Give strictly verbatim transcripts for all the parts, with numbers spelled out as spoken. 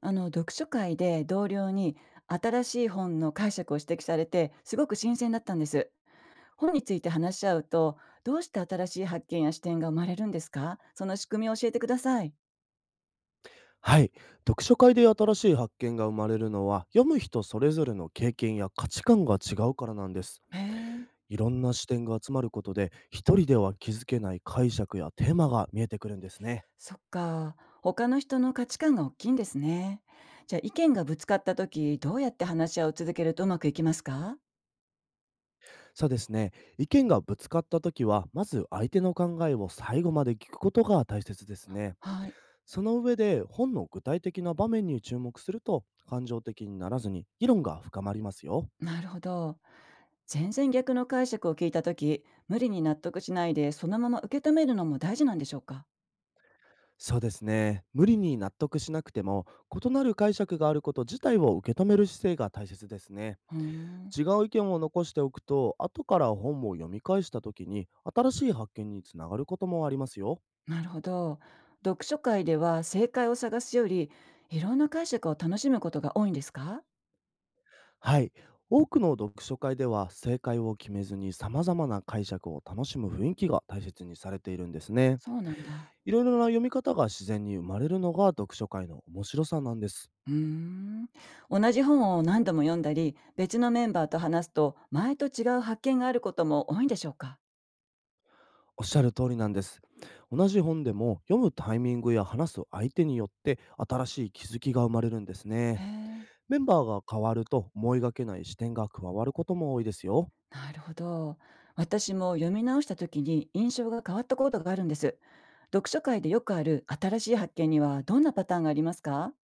あの読書会で同僚に新しい本の解釈を指摘されてすごく新鮮だったんです。本について話し合うと、どうして新しい発見や視点が生まれるんですか？その仕組みを教えてください。はい。読書会で新しい発見が生まれるのは、読む人それぞれの経験や価値観が違うからなんです。へえ。いろんな視点が集まることで、一人では気づけない解釈やテーマが見えてくるんですね。そっか。他の人の価値観が大きいんですね。じゃあ、意見がぶつかった時どうやって話し合いを続けるとうまくいきますか？そうですね。意見がぶつかった時は、まず相手の考えを最後まで聞くことが大切ですね。はい。その上で、本の具体的な場面に注目すると、感情的にならずに議論が深まりますよ。なるほど。全然逆の解釈を聞いた時、無理に納得しないでそのまま受け止めるのも大事なんでしょうか？そうですね。無理に納得しなくても、異なる解釈があること自体を受け止める姿勢が大切ですね。うーん。違う意見を残しておくと、後から本を読み返した時に、新しい発見につながることもありますよ。なるほど。読書会では正解を探すより、いろんな解釈を楽しむことが多いんですか？はい。多くの読書会では、正解を決めずに様々な解釈を楽しむ雰囲気が大切にされているんですね。そうなんだ。いろいろな読み方が自然に生まれるのが読書会の面白さなんです。うーん。同じ本を何度も読んだり、別のメンバーと話すと、前と違う発見があることも多いんでしょうか？おっしゃる通りなんです。同じ本でも読むタイミングや話す相手によって、新しい気づきが生まれるんですへね。え。メンバーが変わると、思いがけない視点が加わることも多いですよ。なるほど。私も読み直した時に印象が変わったことがあるんです。読書会でよくある新しい発見にはどんなパターンがありますか？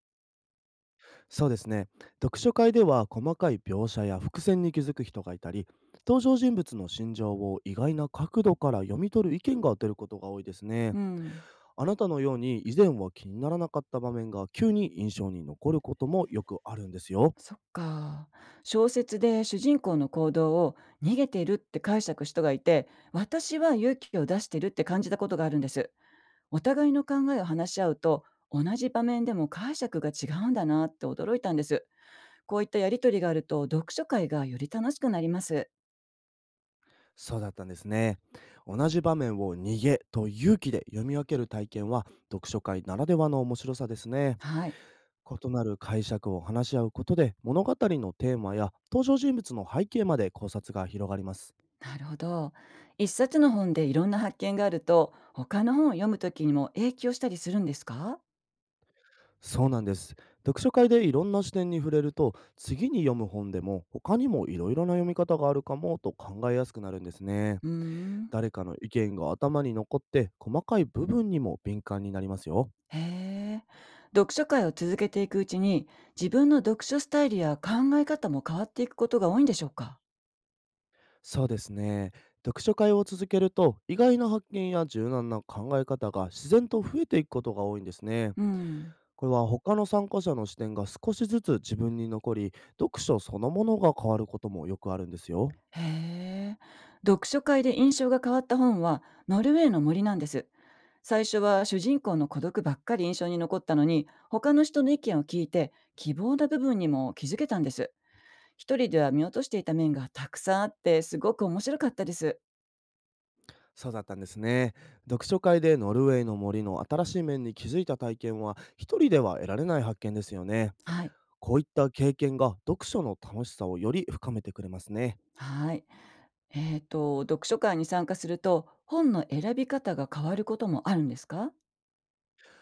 そうですね。読書会では、細かい描写や伏線に気づく人がいたり、登場人物の心情を意外な角度から読み取る意見が出ることが多いですね。うん。あなたのように、以前は気にならなかった場面が急に印象に残ることもよくあるんですよ。そっか。小説で主人公の行動を、逃げているって解釈した人がいて、私は勇気を出しているって感じたことがあるんです。お互いの考えを話し合うと、同じ場面でも解釈が違うんだなって驚いたんです。こういったやりとりがあると、読書会がより楽しくなります。そうだったんですね。同じ場面を逃げと勇気で読み分ける体験は、読書会ならではの面白さですね。はい。異なる解釈を話し合うことで、物語のテーマや登場人物の背景まで考察が広がります。なるほど。一冊の本でいろんな発見があると、他の本を読むときにも影響したりするんですか？そうなんです。読書会でいろんな視点に触れると、次に読む本でも他にもいろいろな読み方があるかも、と考えやすくなるんですね。うーん。誰かの意見が頭に残って、細かい部分にも敏感になりますよ。へえ。読書会を続けていくうちに、自分の読書スタイルや考え方も変わっていくことが多いんでしょうか？そうですね。読書会を続けると、意外な発見や柔軟な考え方が自然と増えていくことが多いんですね。うん。これは、他の参加者の視点が少しずつ自分に残り、読書そのものが変わることもよくあるんですよ。へえ。読書会で印象が変わった本は、ノルウェーの森なんです。最初は主人公の孤独ばっかり印象に残ったのに、他の人の意見を聞いて、希望な部分にも気づけたんです。一人では見落としていた面がたくさんあって、すごく面白かったです。そうだったんですね。読書会でノルウェーの森の新しい面に気づいた体験は、一人では得られない発見ですよね。はい。こういった経験が、読書の楽しさをより深めてくれますね。はい。えーと、読書会に参加すると、本の選び方が変わることもあるんですか？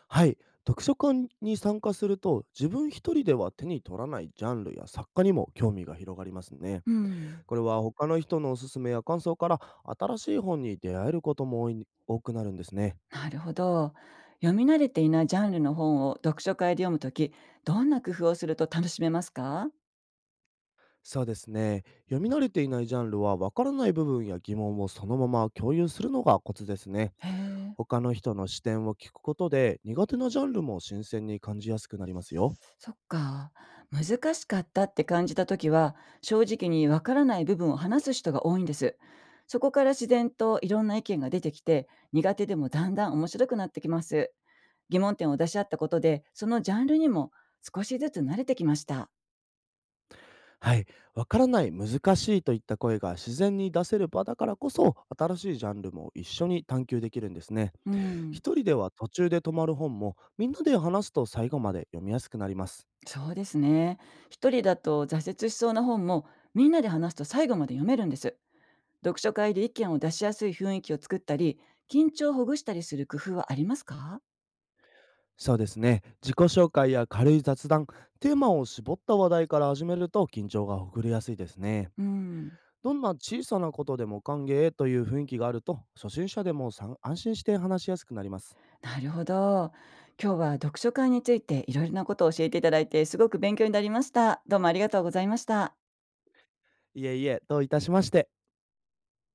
はい、読書会に参加すると、自分一人では手に取らないジャンルや作家にも興味が広がりますね。うん。これは、他の人のおすすめや感想から新しい本に出会えることも多い多くなるんですね。なるほど。読み慣れていないジャンルの本を読書会で読むとき、どんな工夫をすると楽しめますか？そうですね。読み慣れていないジャンルは、わからない部分や疑問をそのまま共有するのがコツですね。へえ、他の人の視点を聞くことで、苦手なジャンルも新鮮に感じやすくなりますよ。そっか。難しかったって感じたときは、正直にわからない部分を話す人が多いんです。そこから自然といろんな意見が出てきて、苦手でもだんだん面白くなってきます。疑問点を出し合ったことで、そのジャンルにも少しずつ慣れてきました。はい。わからない、難しいといった声が自然に出せる場だからこそ、新しいジャンルも一緒に探求できるんですね。うん、一人では途中で止まる本も、みんなで話すと最後まで読みやすくなります。そうですね。一人だと挫折しそうな本も、みんなで話すと最後まで読めるんです。読書会で意見を出しやすい雰囲気を作ったり、緊張をほぐしたりする工夫はありますか？そうですね。自己紹介や軽い雑談、テーマを絞った話題から始めると、緊張がほぐれやすいですね。うん、どんな小さなことでも歓迎という雰囲気があると、初心者でもさん安心して話しやすくなります。なるほど。今日は読書会についていろいろなことを教えていただいて、すごく勉強になりました。どうもありがとうございました。いえいえ、どういたしまして。